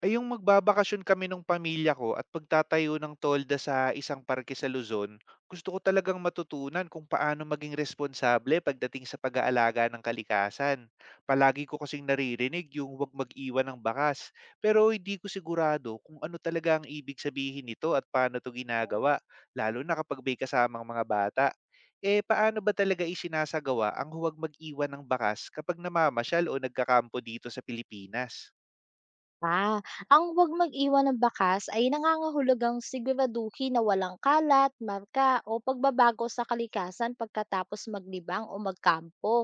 Ay yung magbabakasyon kami nung pamilya ko at pagtatayo ng tolda sa isang parke sa Luzon, gusto ko talagang matutunan kung paano maging responsable pagdating sa pag-aalaga ng kalikasan. Palagi ko kasing naririnig yung huwag mag-iwan ng bakas, pero hindi ko sigurado kung ano talaga ang ibig sabihin nito at paano to ginagawa, lalo na kapag may kasamang mga bata. Eh, paano ba talaga isinasagawa ang huwag mag-iwan ng bakas kapag namamasyal o nagkakampo dito sa Pilipinas? Ah, ang huwag mag-iwan ng bakas ay nangangahulugang siguraduhin na walang kalat, marka o pagbabago sa kalikasan pagkatapos maglibang o magkampo.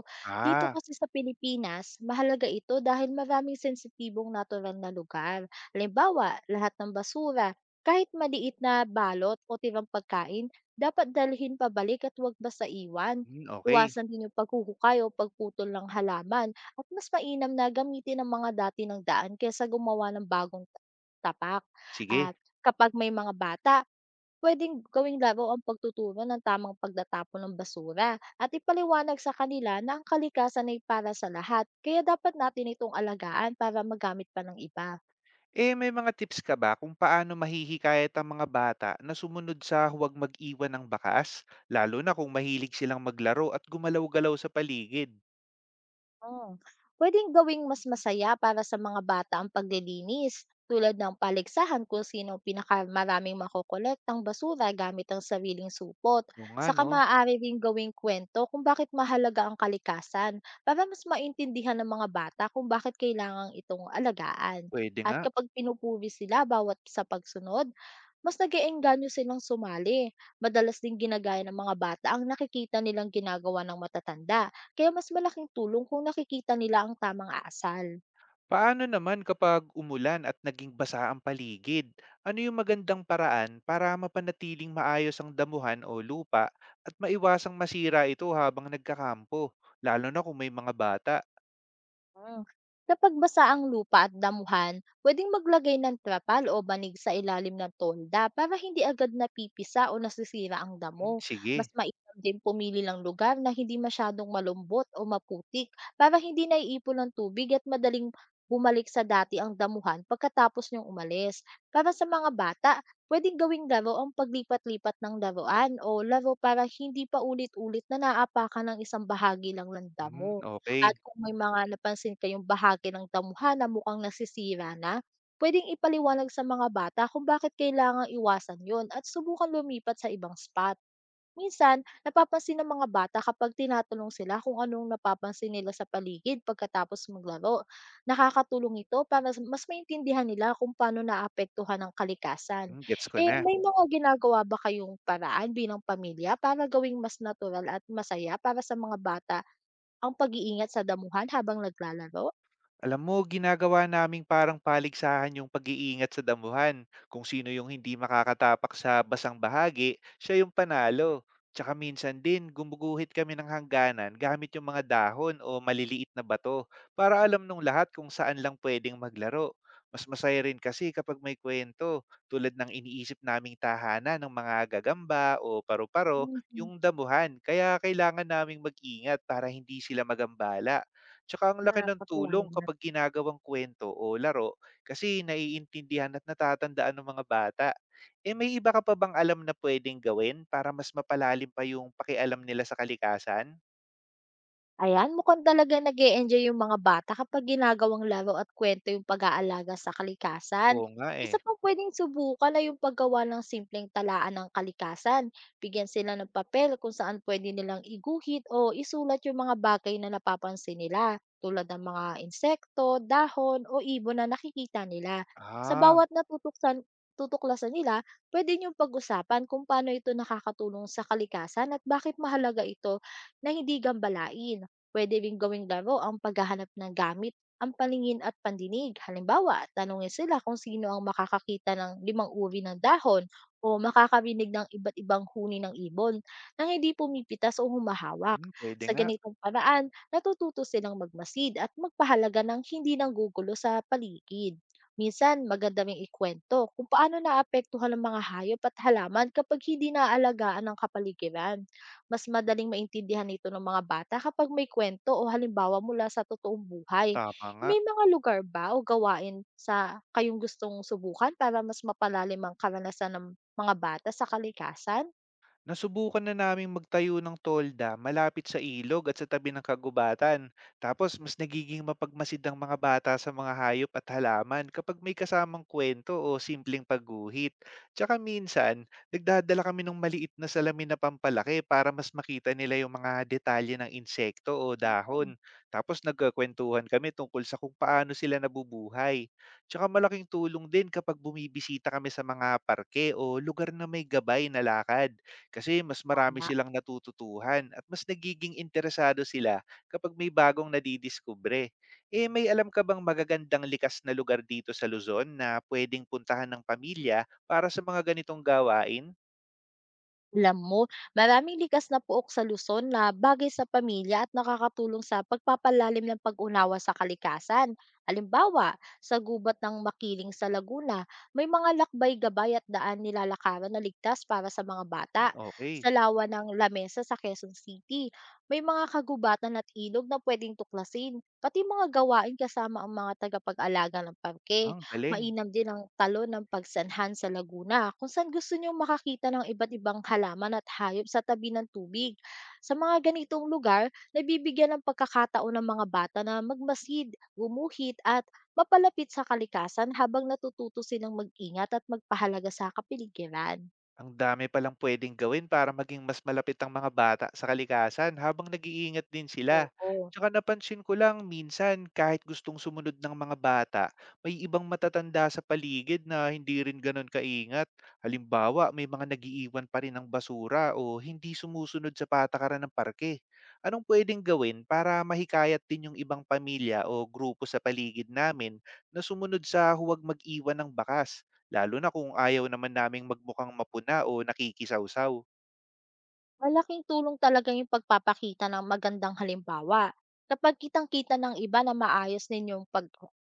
Dito Ah. kasi sa Pilipinas, mahalaga ito dahil maraming sensitibong natural na lugar. Halimbawa, lahat ng basura, kahit maliit na balot o tirang pagkain, dapat dalhin pabalik at huwag basta iwan. Hmm, okay, Iwasan din yung paghuhukay o pagputol ng halaman at mas mainam na gamitin ang mga dati ng daan kaysa gumawa ng bagong tapak. sige. At kapag may mga bata, puwedeng gawing laro ang pagtuturo ng tamang pagtatapon ng basura at ipaliwanag sa kanila na ang kalikasan ay para sa lahat kaya dapat natin itong alagaan para magamit pa ng iba. Eh, may mga tips ka ba kung paano mahihikayat ang mga bata na sumunod sa huwag mag-iwan ng bakas, lalo na kung mahilig silang maglaro at gumalaw-galaw sa paligid? Hmm, puwedeng gawing mas masaya para sa mga bata ang paglilinis, tulad ng paligsahan kung sino sinong pinakamaraming makokolektang basura gamit ang sariling supot. Oo nga Saka 'no, maaari ring gawing kwento kung bakit mahalaga ang kalikasan para mas maintindihan ng mga bata kung bakit kailangan itong alagaan. puwede At nga. kapag pinupuri sila bawat sa pagsunod, mas silang sumali. Madalas ding ginagaya ng mga bata ang nakikita nilang ginagawa ng matatanda kaya mas malaking tulong kung nakikita nila ang tamang asal. Paano naman kapag umulan at naging basa ang paligid? Ano yung magandang paraan para mapanatiling maayos ang damuhan o lupa at maiwasang masira ito habang nagkakampo, lalo na kung may mga bata? Hmm. Kapag basa ang lupa at damuhan, pwedeng maglagay ng trapal o banig sa ilalim ng tolda para hindi agad napipisa o nasisira ang Hmm, damo. Mas sige. mainam din pumili ng lugar na hindi masyadong malumbot o maputik para hindi naiipon ng tubig at madaling bumalik sa dati ang damuhan pagkatapos niyong umalis. Para sa mga bata, pwedeng gawing laro ang paglipat-lipat ng laruan o laro para hindi pa ulit-ulit na naapakan ng isang bahagi lang ng Hmm, damo. At okay. kung may mga napansin kayong bahagi ng damuhan na mukhang nasisira na, pwedeng ipaliwanag sa mga bata kung bakit kailangang iwasan yon at subukan lumipat sa ibang spot. Minsan, napapansin ng mga bata kapag tinatanong sila kung anong napapansin nila sa paligid pagkatapos maglaro. Nakakatulong ito para mas maintindihan nila kung paano naapektuhan ang kalikasan. Hmm, gets ko Eh, na. may mga ginagawa ba kayong paraan bilang pamilya para gawing mas natural at masaya para sa mga bata ang pag-iingat sa damuhan habang naglalaro? Alam mo, ginagawa naming parang paligsahan yung pag-iingat sa damuhan. Kung sino yung hindi makakatapak sa basang bahagi, siya yung panalo. Tsaka minsan din, gumuguhit kami ng hangganan gamit yung mga dahon o maliliit na bato para alam nung lahat kung saan lang pwedeng maglaro. Mas masaya rin kasi kapag may kwento, tulad ng iniisip naming tahanan ng mga gagamba o paru-paro, Hmm, yung damuhan. Kaya kailangan naming mag-ingat para hindi sila magambala. Tsaka ang laki ng Nakakatuwa tulong naman. kapag ginagawang kwento o laro kasi naiintindihan at natatandaan ng mga bata. Eh, may iba ka pa bang alam na pwedeng gawin para mas mapalalim pa yung pakialam nila sa kalikasan? Ayan, mukhang talaga nag enjoy yung mga bata kapag ginagawang laro at kwento yung pag-aalaga sa Oo kalikasan. nga eh. Isa pang pwedeng subukan ay yung paggawa ng simpleng talaan ng kalikasan. Bigyan sila ng papel kung saan pwede nilang iguhit o isulat yung mga bagay na napapansin nila, tulad ng mga insekto, dahon o ibon na nakikita nila. Sa Ah, bawat tutuklasan nila, pwede niyong pag-usapan kung paano ito nakakatulong sa kalikasan at bakit mahalaga ito na hindi gambalain. Puwede ring gawing laro ang paghahanap ng gamit, ang paningin at pandinig. Halimbawa, tanungin sila kung sino ang makakakita ng limang uri ng dahon o makakarinig ng iba't ibang huni ng ibon nang hindi pumipitas o humahawak. hmm, pwede Sa nga. ganitong paraan, natututo silang magmasid at magpahalaga ng hindi nanggugulo sa paligid. Minsan, maganda ring ikwento kung paano naapektuhan ng mga hayop at halaman kapag hindi naaalagaan ng kapaligiran mas madaling maintindihan ito ng mga bata kapag may kwento o halimbawa mula sa totoong buhay. Tama nga. May mga lugar ba o gawain sa kayong gustong subukan para mas mapalalim ang karanasan ng mga bata sa kalikasan? Nasubukan na naming magtayo ng tolda malapit sa ilog at sa tabi ng kagubatan. Tapos mas nagiging mapagmasid ang mga bata sa mga hayop at halaman kapag may kasamang kwento o simpleng pagguhit. Tsaka minsan, nagdadala kami ng maliit na salamin na pampalaki para mas makita nila yung mga detalye ng insekto o Hmm, dahon. Tapos nagkakwentuhan kami tungkol sa kung paano sila nabubuhay. Tsaka malaking tulong din kapag bumibisita kami sa mga parke o lugar na may gabay na lakad kasi mas marami Tama. silang natututuhan at mas nagiging interesado sila kapag may bagong nadidiskubre. Eh, may alam ka bang magagandang likas na lugar dito sa Luzon na pwedeng puntahan ng pamilya para sa mga ganitong gawain? Alam mo, maraming likas na puok sa Luzon na bagay sa pamilya at nakakatulong sa pagpapalalim ng pag-unawa sa kalikasan. Halimbawa, sa gubat ng Makiling sa Laguna, may mga lakbay gabay at daan nilalakaran na ligtas para sa mga bata. Okay, Sa lawa ng Lamesa sa Quezon City, may mga kagubatan at ilog na pwedeng tuklasin, pati mga gawain kasama ang mga tagapag-alaga ng parke. ang galing. Mainam din ang talo ng pagsanhan sa Laguna kung saan gusto niyong makakita ng iba't ibang halaman at hayop sa tabi ng tubig. Sa mga ganitong lugar, nabibigyan ng pagkakataon ng mga bata na magmasid, gumuhit at mapalapit sa kalikasan habang natututo silang mag-ingat at magpahalaga sa kapiligiran. Ang dami palang pwedeng gawin para maging mas malapit ang mga bata sa kalikasan habang nag-iingat din sila. Oo. Tsaka napansin ko lang minsan kahit gustong sumunod ng mga bata, may ibang matatanda sa paligid na hindi rin ganun kaingat. Halimbawa, may mga nagiiwan pa rin ng basura o hindi sumusunod sa patakaran ng parke. Anong pwedeng gawin para mahikayat din yung ibang pamilya o grupo sa paligid namin na sumunod sa huwag mag-iwan ng bakas? Lalo na kung ayaw naman naming magmukhang mapuna o nakikisawsaw. Malaking tulong talaga yung pagpapakita ng magandang halimbawa. Kapag kitang-kita ng iba na maayos ninyong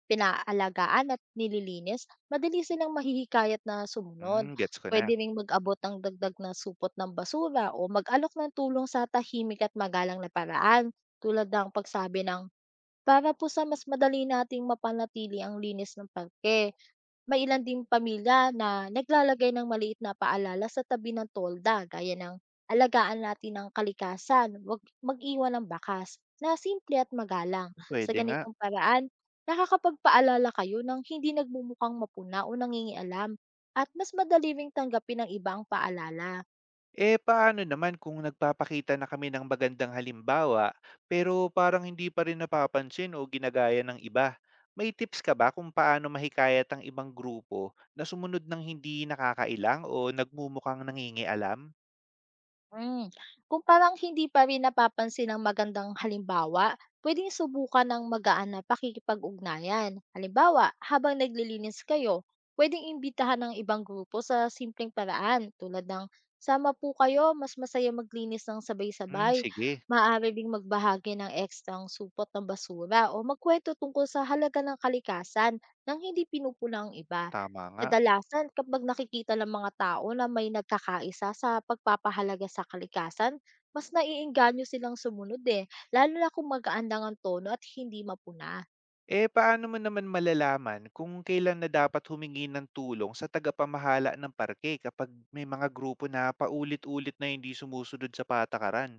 pinaalagaan at nililinis, madali silang mahihikayat na sumunod. Hmm, gets ko Pwede na. ring mag-abot ng dagdag na supot ng basura o mag-alok ng tulong sa tahimik at magalang na paraan tulad ng pagsabi ng para po sa mas madali nating mapanatili ang linis ng parke. May ilan ding pamilya na naglalagay ng maliit na paalala sa tabi ng tolda gaya ng alagaan natin ang kalikasan, wag mag-iwan ng bakas na simple at magalang. Sa Pwede nga. ganitong paraan, nakakapagpaalala kayo ng hindi nagmumukhang mapuna o nangingialam at mas madali ring tanggapin ng iba ang paalala. Eh, paano naman kung nagpapakita na kami ng magandang halimbawa, pero parang hindi pa rin napapansin o ginagaya ng iba? May tips ka ba kung paano mahikayat ang ibang grupo na sumunod ng hindi nakakailang o nagmumukhang nangingialam? Hmm, kung parang hindi pa rin napapansin ang magandang halimbawa, pwedeng subukan ng magaan na pakikipag-ugnayan. Halimbawa, habang naglilinis kayo, pwedeng imbitahan ng ibang grupo sa simpleng paraan tulad ng sama po kayo, mas masaya maglinis ng Hmm, sabay-sabay. sige. Maaari ding magbahagi ng ekstrang supot ng basura o magkwento tungkol sa halaga ng kalikasan nang hindi pinupulang ang iba. Tama nga. Kadalasan kapag nakikita ng mga tao na may nagkakaisa sa pagpapahalaga sa kalikasan, mas naiengganyo silang sumunod eh, lalo na kung magaan lang ang tono at hindi mapuna. Eh, paano mo naman malalaman kung kailan na dapat humingi ng tulong sa tagapamahala ng parke kapag may mga grupo na paulit-ulit na hindi sumusunod sa patakaran?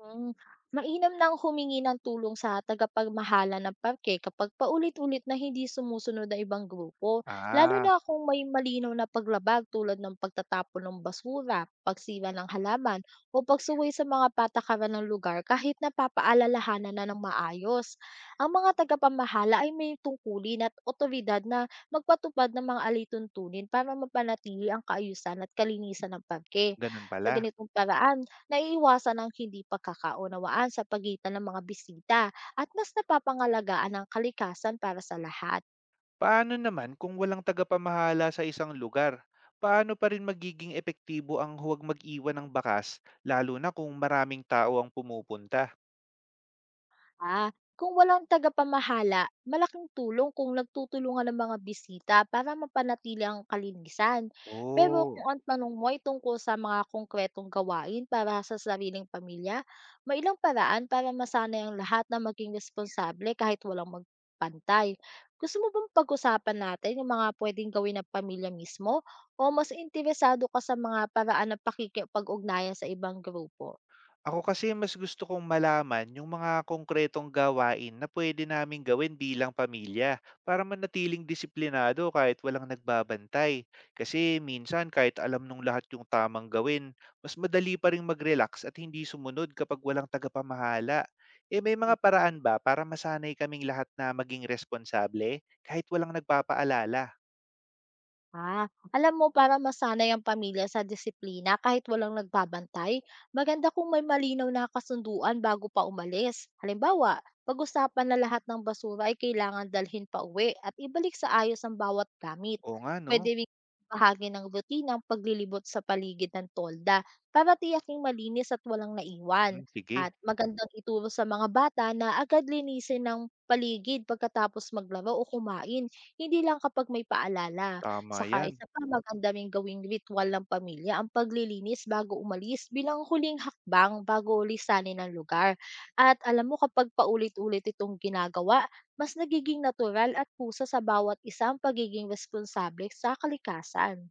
Hmm, Mainam na ang humingi ng tulong sa tagapagmahala ng parke kapag paulit-ulit na hindi sumusunod ang ibang grupo, lalo Ah, na kung may malinaw na paglabag tulad ng pagtatapon ng basura, pagsira ng halaman, o pagsuway sa mga patakaran ng lugar kahit napapaalalahanan na ng maayos. Ang mga tagapamahala ay may tungkulin at otoridad na magpatupad ng mga alituntunin para mapanatili ang kaayusan at kalinisan ng parke. ganun Sa pala. ganitong paraan, naiiwasan ang hindi pagkakaunawaan sa pagitan ng mga bisita at mas napapangalagaan ang kalikasan para sa lahat. Paano naman kung walang tagapamahala sa isang lugar? Paano pa rin magiging epektibo ang huwag mag-iwan ng bakas, lalo na kung maraming tao ang pumupunta? Ah, kung walang tagapamahala, malaking tulong kung nagtutulungan ng mga bisita para mapanatili ang kalinisan. Pero Oh. kung ang tanong mo ay tungkol sa mga konkretong gawain para sa sariling pamilya, may ilang paraan para masanay ang lahat na maging responsable kahit walang magpantay. Gusto mo bang pag-usapan natin yung mga pwedeng gawin ng pamilya mismo o mas interesado ka sa mga paraan ng pakikipag-ugnayan sa ibang grupo? Ako kasi mas gusto kong malaman yung mga konkretong gawain na pwede naming gawin bilang pamilya para manatiling disiplinado kahit walang nagbabantay. Kasi minsan kahit alam nung lahat yung tamang gawin, mas madali pa rin mag-relax at hindi sumunod kapag walang tagapamahala. Eh, may mga paraan ba para masanay kaming lahat na maging responsable kahit walang nagpapaalala? Ah, alam mo para masanay ang pamilya sa disiplina kahit walang nagbabantay, maganda kung may malinaw na kasunduan bago pa umalis. Halimbawa, pag-usapan na lahat ng basura ay kailangan dalhin pa uwi at ibalik sa ayos ang bawat gamit. Oo nga, no? Pwede rin bahagi ng rutina ang paglilibot sa paligid ng tolda para tiyaking malinis at walang naiwan. Hmm, sige, At magandang ituro sa mga bata na agad linisin ng paligid pagkatapos maglaro o kumain, hindi lang kapag may paalala. tama Saka yan. isa pa maganda gawing ritual ng pamilya ang paglilinis bago umalis bilang huling hakbang bago lisanin ang lugar. At alam mo kapag paulit-ulit itong ginagawa, mas nagiging natural at pusa sa bawat isang pagiging responsable sa kalikasan.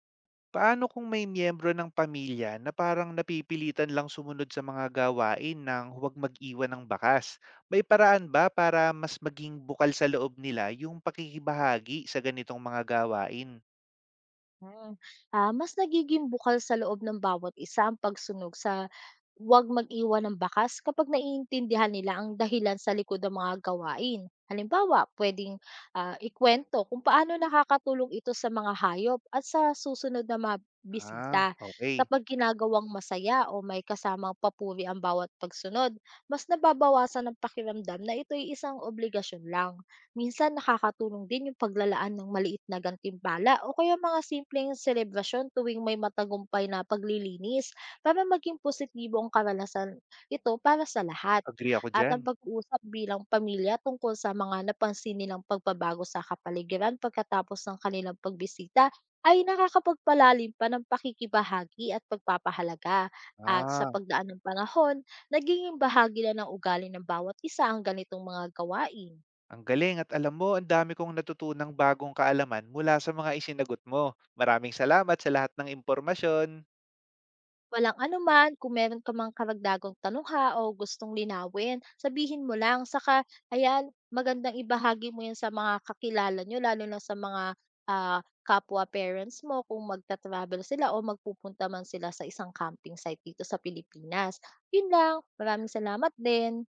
Paano kung may miyembro ng pamilya na parang napipilitan lang sumunod sa mga gawain ng huwag mag-iwan ng bakas? May paraan ba para mas maging bukal sa loob nila yung pakikibahagi sa ganitong mga gawain? Hmm, Mas nagiging bukal sa loob ng bawat isa ang pagsunog sa huwag mag-iwan ng bakas kapag naiintindihan nila ang dahilan sa likod ng mga gawain. Halimbawa, pwedeng ikwento kung paano nakakatulong ito sa mga hayop at sa susunod na mga Ah, bisita. okay. Kapag ginagawang masaya o may kasamang papuri ang bawat pagsunod, mas nababawasan ang pakiramdam na ito ay isang obligasyon lang. Minsan nakakatulong din yung paglalaan ng maliit na gantimpala o kaya mga simpleng selebrasyon tuwing may matagumpay na paglilinis para maging positibo ang karanasan ito para sa lahat. Agree ako At dyan. ang pag-uusap bilang pamilya tungkol sa mga napansin nilang pagbabago sa kapaligiran pagkatapos ng kanilang pagbisita ay nakakapagpalalim pa ng pakikibahagi at pagpapahalaga. At Ah, sa pagdaan ng panahon, nagiging bahagi na ng ugali ng bawat isa ang ganitong mga gawain. ang galing, at alam mo, ang dami kong natutunang bagong kaalaman mula sa mga isinagot mo. Maraming salamat sa lahat ng impormasyon. Walang anuman, kung meron ka mang karagdagang tanong ha o gustong linawin, sabihin mo lang. Saka, ayan, magandang ibahagi mo yan sa mga kakilala nyo, lalo na sa mga ah, kapwa parents mo kung magta-travel sila o magpupunta man sila sa isang camping site dito sa Pilipinas. Yun lang. Maraming salamat din.